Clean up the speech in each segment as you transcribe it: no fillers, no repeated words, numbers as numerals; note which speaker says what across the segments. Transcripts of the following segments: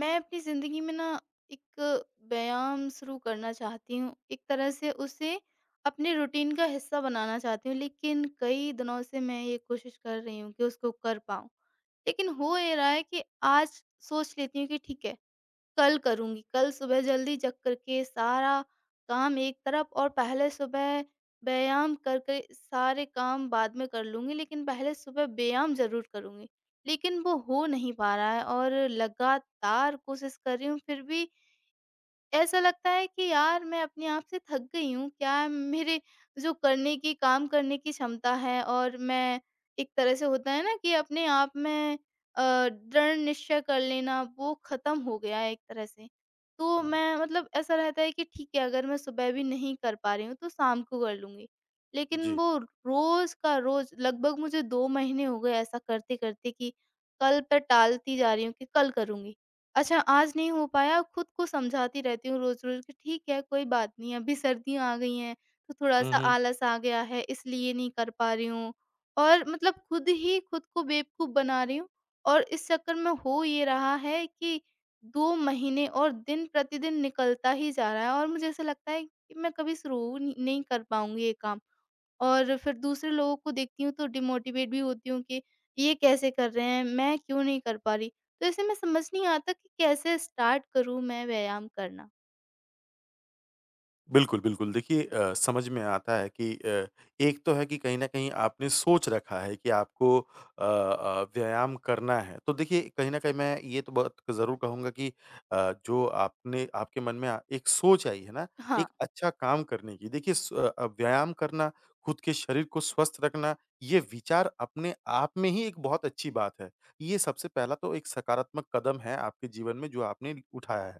Speaker 1: मैं अपनी ज़िंदगी में ना एक व्यायाम शुरू करना चाहती हूँ। एक तरह से उसे अपने रूटीन का हिस्सा बनाना चाहती हूँ, लेकिन कई दिनों से मैं ये कोशिश कर रही हूँ कि उसको कर पाऊँ। लेकिन हो ये रहा है कि आज सोच लेती हूँ कि ठीक है, कल करूँगी, कल सुबह जल्दी जग करके सारा काम एक तरफ और पहले सुबह व्यायाम करके सारे काम बाद में कर लूँगी, लेकिन पहले सुबह व्यायाम ज़रूर करूँगी। लेकिन वो हो नहीं पा रहा है और लगातार कोशिश कर रही हूँ, फिर भी ऐसा लगता है कि यार मैं अपने आप से थक गई हूँ। क्या मेरे जो करने की काम करने की क्षमता है, और मैं एक तरह से, होता है ना कि अपने आप में अ, दृढ़ निश्चय कर लेना, वो ख़त्म हो गया है एक तरह से। तो
Speaker 2: हुँ,
Speaker 1: मैं, मतलब, ऐसा रहता है कि ठीक है, अगर मैं सुबह भी नहीं कर पा रही हूँ तो शाम को कर लूँगी। लेकिन
Speaker 2: जी।
Speaker 1: वो रोज़ का रोज़, लगभग मुझे 2 महीने हो गए ऐसा करते-करते, कि कल पे टालती जा रही हूँ कि कल करूँगी। अच्छा, आज नहीं हो पाया, खुद को समझाती रहती हूँ रोज़-रोज़ कि ठीक है, कोई बात नहीं, अभी सर्दियाँ आ गई हैं, तो
Speaker 2: हुँ,
Speaker 1: थोड़ा-सा
Speaker 2: हुँ।
Speaker 1: आलस आ गया है, इसलिए नहीं कर पा रही हूँ। और मतलब खुद ही खुद को बेवकूफ़ बना रही हूँ, और इस चक्कर में हो ये रहा है कि 2 महीने, और दिन प्रतिदिन निकलता ही जा रहा है, और मुझे ऐसा लगता है कि मैं कभी शुरू नहीं नहीं कर पाऊँगी ये काम। और फिर दूसरे लोगों को देखती हूँ तो डिमोटिवेट भी होती हूँ कि ये कैसे कर रहे हैं, मैं क्यों नहीं कर पा रही। तो ऐसे में समझ नहीं आता कि कैसे स्टार्ट करूँ मैं व्यायाम करना?
Speaker 2: बिल्कुल, बिल्कुल। देखिए समझ में आता है कि एक तो है कि कहीं न कहीं आपने सोच रखा है कि आपको व्यायाम करना है। तो देखिए कहीं न कहीं मैं ये तो बात ज़रूर कहूँगा कि जो आपने आपके मन में एक सोच आई है ना,
Speaker 1: हाँ,
Speaker 2: एक अच्छा काम करने की। देखिए व्यायाम करना, खुद के शरीर को स्वस्थ रखना, ये विचार अपने आप में ही एक बहुत अच्छी बात है। ये सबसे पहला तो एक सकारात्मक कदम है आपके जीवन में जो आपने उठाया है।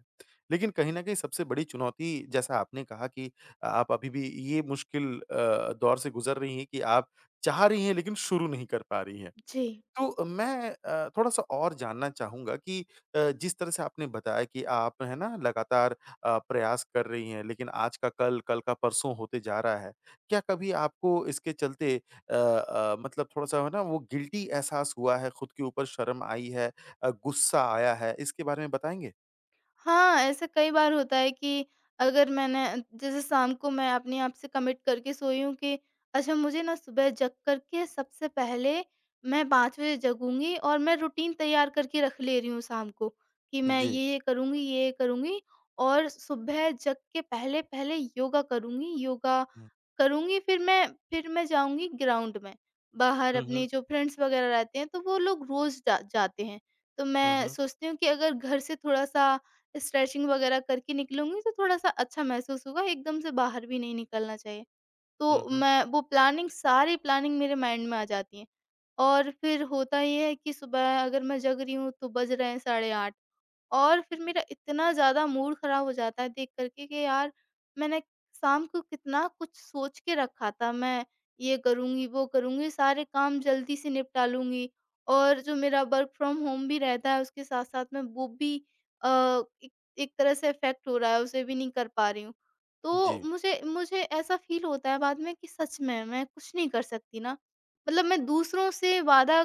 Speaker 2: लेकिन कहीं न कहीं सबसे बड़ी चुनौती जैसा आपने कहा कि आप अभी भी ये मुश्किल दौर से गुज़र रही हैं कि आप चाह रही हैं लेकिन शुरू नहीं कर पा रही हैं।
Speaker 1: जी।
Speaker 2: तो मैं थोड़ा-सा और जानना चाहूँगा कि जिस तरह से आपने बताया कि आप है ना लगातार प्रयास कर रही हैं लेकिन आज का कल, कल का परसों होते जा रहा है। क्या कभी आपको इसके चलते मतलब थोड़ा-सा है ना वो गिल्टी एहसास हुआ है, खुद के ऊपर शर्म आई है, गुस्सा आया है? इसके बारे में बताएँगे?
Speaker 1: हाँ, ऐसा कई बार होता है कि अगर मैंने, जैसे शाम को मैं अपने आप से कमिट करके सोई हूँ कि अच्छा मुझे ना सुबह जग करके सबसे पहले मैं 5 बजे जगूँगी, और मैं रूटीन तैयार करके रख ले रही हूँ शाम को कि मैं
Speaker 2: जी।
Speaker 1: ये-ये करूँगी, ये-ये करूँगी, और सुबह जग के पहले-पहले योगा करूँगी। योगा
Speaker 2: हुँ।
Speaker 1: करूँगी, फिर मैं जाऊँगी ग्राउंड में। बाहर
Speaker 2: हुँ, हुँ।
Speaker 1: अपने जो फ्रेंड्स वग़ैरह रहते हैं, तो वो लोग रोज़ जा जाते हैं। तो
Speaker 2: हुँ,
Speaker 1: मैं
Speaker 2: हुँ।
Speaker 1: सोचती हूँ कि अगर घर से थोड़ा-सा स्ट्रेचिंग वगैरह करके निकलूँगी, तो थोड़ा-सा अच्छा महसूस होगा, एकदम से बाहर भी नहीं निकलना चाहिए।
Speaker 2: हुँ,
Speaker 1: तो
Speaker 2: हुँ।
Speaker 1: मैं वो प्लानिंग सारी प्लानिंग मेरे माइंड में आ जाती है। और फिर होता ये है कि सुबह अगर मैं जग रही हूँ तो बज रहे हैं 8:30, और फिर मेरा इतना ज़्यादा मूड ख़राब हो जाता है देख कर के कि यार, मैंने शाम को कितना कुछ सोच के रखा था, मैं ये करूँगी, वो करूँगी, सारे काम जल्दी से निपटा लूँगी, और जो मेरा वर्क फ्रॉम होम भी रहता है उसके साथ-साथ में वो भी अ, एक एक तरह से इफ़ेक्ट हो रहा है, उसे भी नहीं कर पा रही हूँ। तो
Speaker 2: जी।
Speaker 1: मुझे मुझे ऐसा फ़ील होता है बाद में कि सच में मैं कुछ नहीं कर सकती ना। मतलब मैं दूसरों से वादा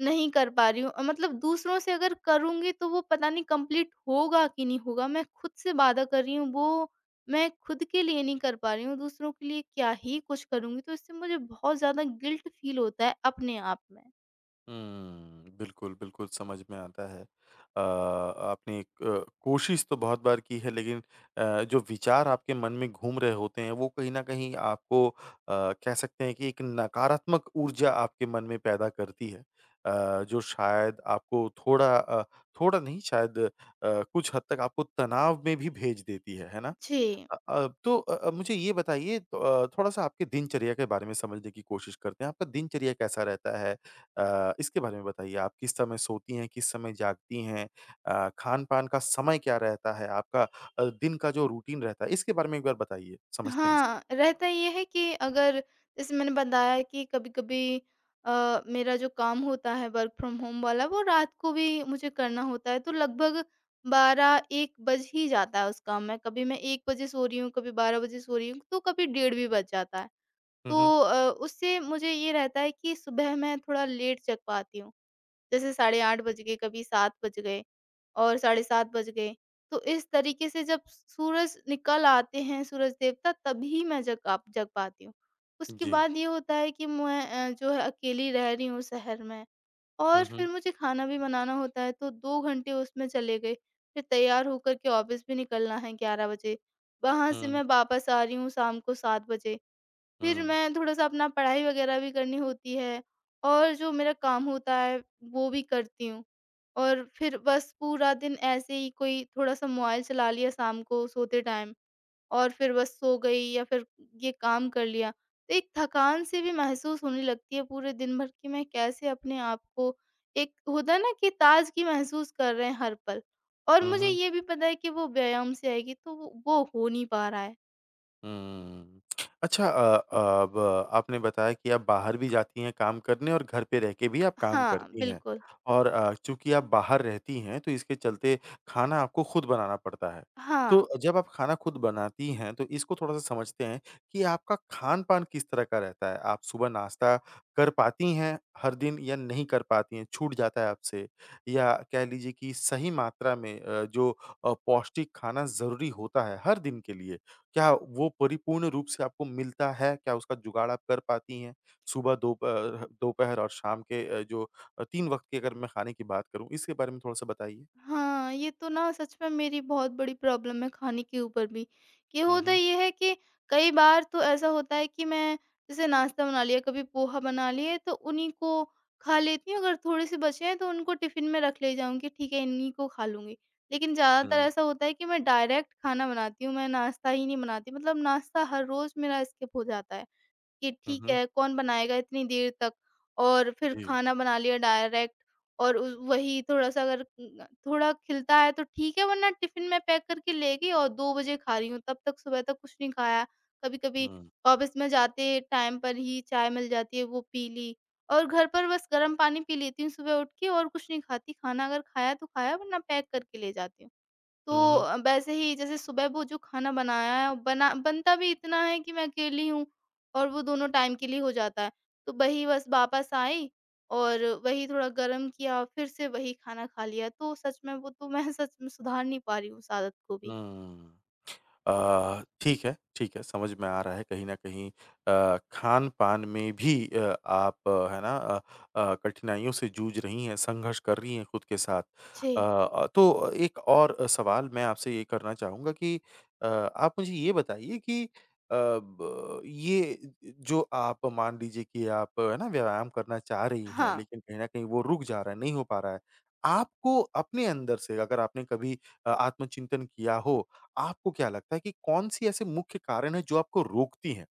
Speaker 1: नहीं कर पा रही हूँ, मतलब दूसरों से अगर करूँगी तो वो पता नहीं कंप्लीट होगा कि नहीं होगा। मैं खुद से वादा कर रही हूँ, वो मैं खुद के लिए नहीं कर पा रही हूँ, दूसरों के लिए क्या ही कुछ करूँगी। तो इससे मुझे बहुत ज़्यादा गिल्ट फ़ील होता है अपने आप में।
Speaker 2: हुँ, बिल्कुल, बिल्कुल समझ में आता है। आपने एक कोशिश तो बहुत बार की है लेकिन जो विचार आपके मन में घूम रहे होते हैं वो कहीं न कहीं आपको कह सकते हैं कि एक नकारात्मक ऊर्जा आपके मन में पैदा करती है। जो शायद आपको थोड़ा थोड़ा नहीं शायद कुछ हद तक आपको तनाव में भी भेज देती है ना?
Speaker 1: जी।
Speaker 2: तो मुझे ये बताइए तो थोड़ा-सा आपके दिनचर्या के बारे में समझने की कोशिश करते हैं। आपका दिनचर्या कैसा रहता है? इसके बारे में बताइए। आप किस समय सोती हैं, किस समय जागती हैं? खान-पान का समय क्या रहता है? आपका दिन का जो रूटीन रहता है, इसके बारे में एक बार बताइए, समझते हैं
Speaker 1: हाँ,
Speaker 2: इसको।
Speaker 1: रहता ये है कि अगर, जैसे मैंने बताया कि कभी-कभी मेरा जो काम होता है वर्क फ्रॉम होम वाला, वो रात को भी मुझे करना होता है, तो लगभग 12-1 बज ही जाता है उस काम में। कभी मैं 1 बजे सो रही हूँ, कभी 12 बजे सो रही हूँ, तो कभी डेढ़ भी बज जाता है।
Speaker 2: हुँ,
Speaker 1: तो
Speaker 2: हुँ।
Speaker 1: उससे मुझे ये रहता है कि सुबह मैं थोड़ा लेट जग पाती हूँ। जैसे साढ़े 8 बज गए, कभी 7 बज गए, और साढ़े 7 बज गए। तो इस तरीके से जब सूरज निकल आते हैं, सूरज देवता, तभी मैं जग पाती हूँ। उसके
Speaker 2: जी।
Speaker 1: बाद ये होता है कि मैं जो है, अकेली रह रही हूँ शहर में, और
Speaker 2: हुँ, हुँ।
Speaker 1: फिर मुझे खाना भी बनाना होता है, तो 2 घंटे उसमें चले गए। फिर तैयार होकर के ऑफ़िस भी निकलना है 11 बजे। वहाँ से
Speaker 2: हुँ,
Speaker 1: मैं वापस आ रही हूँ शाम को 7 बजे। फिर
Speaker 2: हुँ,
Speaker 1: मैं थोड़ा-सा अपना पढ़ाई वगैरह भी करनी होती है, और जो मेरा काम होता है वो भी करती हूँ। और फिर बस पूरा दिन ऐसे ही, कोई थोड़ा-सा मोबाइल चला लिया शाम को सोते टाइम, और फिर बस सो गई, या फिर ये काम कर लिया। तो एक थकान सी भी महसूस होने लगती है पूरे दिन भर, कि मैं कैसे अपने आप को, एक होता है ना कि ताज़गी महसूस कर रहे हैं हर पल, और
Speaker 2: हुँ,
Speaker 1: मुझे
Speaker 2: हुँ।
Speaker 1: ये भी पता है कि वो व्यायाम से आएगी, तो वो हो नहीं पा रहा है।
Speaker 2: हुँ। अच्छा, अब आपने बताया कि आप बाहर भी जाती हैं काम करने और घर पे रह के भी आप काम
Speaker 1: हाँ,
Speaker 2: करती हैं।
Speaker 1: बिल्कुल।
Speaker 2: और चूँकि आप बाहर रहती हैं तो इसके चलते खाना आपको खुद बनाना पड़ता है।
Speaker 1: हाँ।
Speaker 2: तो जब आप खाना खुद बनाती हैं तो इसको थोड़ा-सा समझते हैं कि आपका खान-पान किस तरह का रहता है? आप सुबह नाश्ता कर पाती हैं हर दिन या नहीं कर पाती हैं, छूट जाता है आपसे? या कह लीजिए कि सही मात्रा में जो पौष्टिक खाना ज़रूरी होता है हर दिन के लिए क्या वो परिपूर्ण रूप से आपको मिलता है? क्या उसका जुगाड़ आप कर पाती हैं? सुबह, दोपहर दोपहर और शाम के जो 3 वक़्त की अगर मैं खाने की बात करूँ, इसके बारे में थोड़ा-सा बताइए?
Speaker 1: हाँ, ये तो ना, सच में मेरी बहुत बड़ी प्रॉब्लम है खाने के ऊपर भी। कि
Speaker 2: हुँ,
Speaker 1: होता
Speaker 2: हुँ।
Speaker 1: ये है कि कई बार तो ऐसा होता है कि मैं, जैसे नाश्ता बना लिया, कभी पोहा बना लिए, तो उन्हीं को खा लेती हूँ, अगर थोड़े-से बचे हैं तो उनको टिफ़िन में रख ले जाऊँगी, ठीक है इन्हीं को खा लूँगी। लेकिन ज़्यादातर
Speaker 2: हुँ।
Speaker 1: ऐसा होता है कि मैं डायरेक्ट खाना बनाती हूँ, मैं नाश्ता ही नहीं बनाती, मतलब नाश्ता हर रोज़ मेरा स्किप हो जाता है। कि
Speaker 2: हुँ,
Speaker 1: ठीक
Speaker 2: हुँ।
Speaker 1: है, कौन बनाएगा इतनी देर तक? और फिर
Speaker 2: जी।
Speaker 1: खाना बना लिया डायरेक्ट, और उ वही, थोड़ा-सा अगर थोड़ा खिलता है तो ठीक है, वरना टिफ़िन में पैक करके ले गई और 2 बजे खा रही हूँ, तब तक सुबह तक कुछ नहीं खाया। कभी-कभी
Speaker 2: हुँ।
Speaker 1: ऑफ़िस में जाते टाइम पर ही चाय मिल जाती है, वो पी ली, और घर पर बस गर्म पानी पी लेती हूँ सुबह उठ के, और कुछ नहीं खाती। खाना अगर खाया तो खाया, वरना पैक करके ले जाती हूँ। तो
Speaker 2: हुँ,
Speaker 1: वैसे ही, जैसे सुबह वो जो खाना बनाया है, बना बनता भी इतना है कि मैं अकेली हूँ, और वो दोनों टाइम के लिए हो जाता है। तो वही, बस वापस आई और वही थोड़ा गर्म किया, फिर से वही खाना खा लिया। तो सच में वो तो मैं सच में सुधार नहीं पा रही हूँ उस आदत को भी।
Speaker 2: हुँ। ठीक है, समझ में आ रहा है कहीं न कहीं खान-पान में भी आप है ना कठिनाइयों से जूझ रही हैं, संघर्ष कर रही हैं खुद के साथ।
Speaker 1: जी।
Speaker 2: तो एक और सवाल मैं आपसे ये करना चाहूँगा कि आप मुझे ये बताइए कि अ, ब ये जो आप मान लीजिए कि आप है ना व्यायाम करना चाह रही हैं,
Speaker 1: हाँ,
Speaker 2: लेकिन कहीं न कहीं वो रुक जा रहा है, नहीं हो पा रहा है। आपको अपने अंदर से अगर आपने कभी आत्मचिंतन किया हो आपको क्या लगता है कि कौन-सी ऐसे मुख्य कारण है जो आपको रोकती हैं?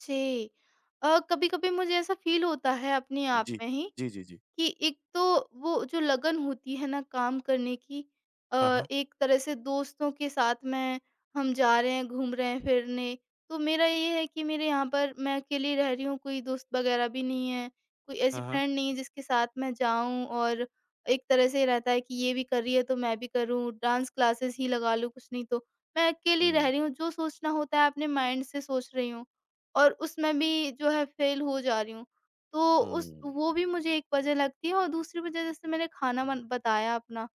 Speaker 1: जी। कभी-कभी मुझे ऐसा फ़ील होता है अपने आप
Speaker 2: जी।
Speaker 1: में ही
Speaker 2: जी, जी, जी।
Speaker 1: कि एक तो, वो जो लगन होती है ना काम करने की, अ,
Speaker 2: हाँ, हाँ।
Speaker 1: एक तरह से दोस्तों के साथ में हम जा रहे हैं, घूम रहे हैं फिरने, तो मेरा ये है कि मेरे यहाँ पर मैं अकेली रह रही हूँ, कोई दोस्त वगैरह भी नहीं है, कोई ऐसी
Speaker 2: हाँ, हाँ।
Speaker 1: फ्रेंड नहीं है जिसके साथ मैं जाऊं, और एक तरह से रहता है कि ये भी कर रही है तो मैं भी करूँ, डांस क्लासेस ही लगा लूँ, कुछ नहीं तो। मैं अकेली
Speaker 2: हुँ,
Speaker 1: रह
Speaker 2: हुँ।
Speaker 1: रही हूँ, जो सोचना होता है अपने माइंड से सोच रही हूँ, और उसमें भी जो है फेल हो जा रही हूँ, तो उस वो भी मुझे एक वजह लगती है, और दूसरी वजह, जैसे मैंने खाना बन बताया अपना,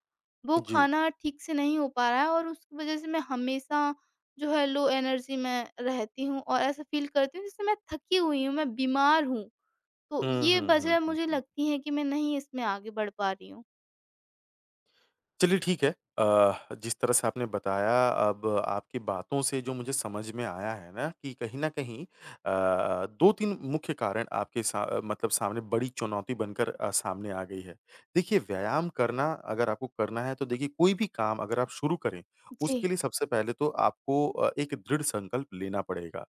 Speaker 1: वो
Speaker 2: जी।
Speaker 1: खाना ठीक से नहीं हो पा रहा है, और उसकी वजह से मैं हमेशा जो है लो एनर्जी में रहती हूँ, और ऐसा फ़ील करती हूँ जैसे मैं थकी हुई हूँ, मैं बीमार हूँ। तो
Speaker 2: हुँ,
Speaker 1: ये
Speaker 2: हुँ, हुँ,
Speaker 1: वजह
Speaker 2: हुँ,
Speaker 1: मुझे
Speaker 2: हुँ।
Speaker 1: लगती है कि मैं नहीं इसमें आगे बढ़ पा रही हूँ।
Speaker 2: चलिए ठीक है। अ, जिस तरह से आपने बताया अब आपकी बातों से जो मुझे समझ में आया है ना कि कहीं न कहीं 2-3 मुख्य कारण आपके सा मतलब सामने बड़ी चुनौती बनकर सामने आ गई है। देखिए व्यायाम करना अगर आपको करना है तो देखिए कोई भी काम अगर आप शुरू करें,
Speaker 1: जी।
Speaker 2: उसके लिए सबसे पहले तो आपको एक दृढ़ संकल्प लेना पड़ेगा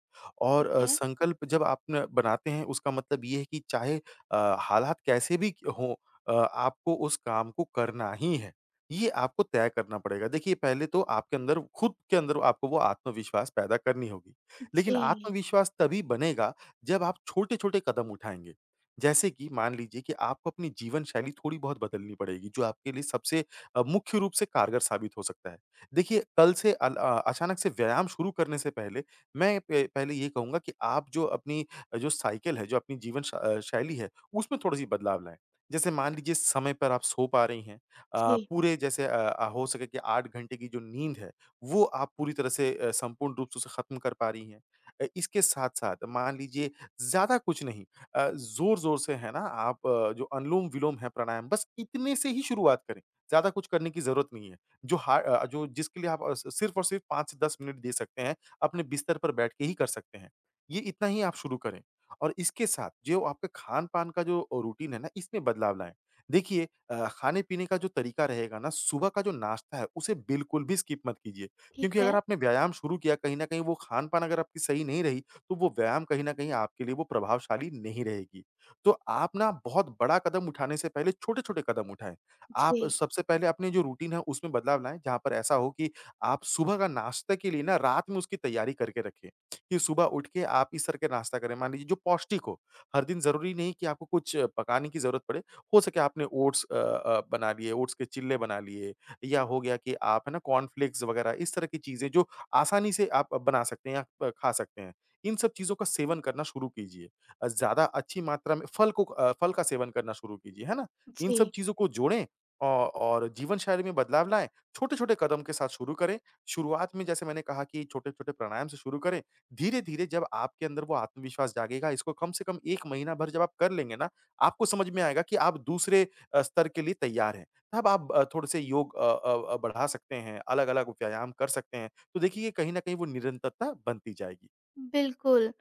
Speaker 1: जी,
Speaker 2: और
Speaker 1: ठीक है।
Speaker 2: संकल्प जब आप न बनाते हैं उसका मतलब ये है कि चाहे हालात कैसे भी क हों, आपको उस काम को करना ही है। ये आपको तय करना पड़ेगा। देखिए पहले तो आपके अंदर खुद के अंदर आपको वो आत्मविश्वास पैदा करनी होगी। लेकिन
Speaker 1: जी,
Speaker 2: आत्मविश्वास तभी बनेगा जब आप छोटे-छोटे कदम उठाएँगे। जैसे कि मान लीजिए कि आपको अपनी जीवन शैली थोड़ी बहुत बदलनी पड़ेगी जो आपके लिए सबसे मुख्य रूप से कारगर साबित हो सकता है। देखिए कल से अल अ, अचानक से व्यायाम शुरू करने से पहले मैं प पहले ये कहूँगा कि आप जो अपनी जो साइकिल है, जो अपनी जीवन शैली है उसमें थोड़ी-सी बदलाव लाएँ। जैसे मान लीजिए समय पर आप सो पा रही हैं,
Speaker 1: जी,
Speaker 2: पूरे जैसे हो सके कि 8 घंटे की जो नींद है, वो आप पूरी तरह से संपूर्ण रूप से उसे ख़त्म कर पा रही हैं। इसके साथ-साथ मान लीजिए ज़्यादा कुछ नहीं ज़ोर-ज़ोर से है ना आप जो अनुलोम-विलोम है प्राणायाम बस इतने से ही शुरुआत करें। ज़्यादा कुछ करने की ज़रूरत नहीं है। जो हा अ, जो जिसके लिए आप अ, स सिर्फ़ और सिर्फ़ 5 से 10 मिनट दे सकते हैं, अपने बिस्तर पर बैठ के ही कर सकते हैं। ये इतना ही आप शुरू करें और इसके साथ जो आपका खान-पान का जो रूटीन है ना, इसमें बदलाव लाएँ। देखिए खाने-पीने का जो तरीका रहेगा ना, सुबह का जो नाश्ता है, उसे बिल्कुल भी स्किप मत कीजिए।
Speaker 1: ठीक
Speaker 2: क्योंकि अगर
Speaker 1: है।
Speaker 2: आपने व्यायाम शुरू किया, कहीं न कहीं वो खान-पान अगर आपकी सही नहीं रही, तो वो व्यायाम कहीं न कहीं आपके लिए वो प्रभावशाली नहीं रहेगी। तो आप ना बहुत बड़ा कदम उठाने से पहले छोटे-छोटे कदम उठाएँ। आप
Speaker 1: जी,
Speaker 2: सबसे पहले अपनी जो रूटीन है, उसमें बदलाव लाएँ, जहाँ पर ऐसा हो कि आप सुबह का नाश्ता के लिए ना रात में उसकी तैयारी करके रखें, कि सुबह उठ के आप इस तरह के नाश्ता करें। मान लीजिए जो पौष्टिक हो, हर दिन ज़रूरी नहीं कि आपको कुछ पकाने की ज़रूरत पड़े। हो सके आपने ओट्स बना लिए, ओट्स के चिल्ले बना लिए या हो गया कि आप है ना कॉर्नफ्लेक्स वगैरह इस तरह की चीज़ें जो आसानी से आप बना सकते हैं या खा सकते हैं। इन सब चीज़ों का सेवन करना शुरू कीजिए। ज़्यादा अच्छी मात्रा में फल का सेवन करना शुरू कीजिए, है ना? इन
Speaker 1: जी।
Speaker 2: सब चीज़ों को जोड़ें औ और जीवनशैली में बदलाव लाएँ। छोटे-छोटे कदम के साथ शुरू करें। शुरुआत में जैसे मैंने कहा कि छोटे-छोटे प्राणायाम से शुरू करें। धीरे-धीरे जब आपके अंदर वो आत्मविश्वास जागेगा, इसको कम से कम 1 महीना भर जब आप कर लेंगे ना, आपको समझ में आएगा कि आप दूसरे स्तर के लिए तैयार हैं। तब आप थोड़े-से योग बढ़ा सकते हैं, अलग-अलग व्यायाम कर सकते हैं। तो देखिए कहीं न कहीं वो निरंतरता बनती जाएगी।
Speaker 1: बिल्कुल,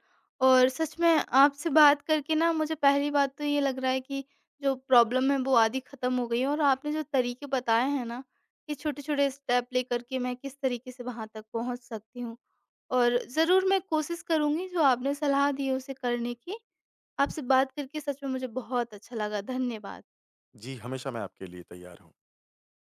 Speaker 1: और सच में आपसे बात करके ना, मुझे पहली बात तो ये लग रहा है कि जो प्रॉब्लम है वो आधी ख़त्म हो गई है, और आपने जो तरीके बताए हैं ना, कि छोटे-छोटे स्टेप लेकर के मैं किस तरीके से वहाँ तक पहुँच सकती हूँ। और ज़रूर मैं कोशिश करूँगी जो आपने सलाह दी है उसे करने की। आपसे बात करके सच में मुझे बहुत अच्छा लगा। धन्यवाद।
Speaker 2: जी, हमेशा मैं आपके लिए तैयार हूँ।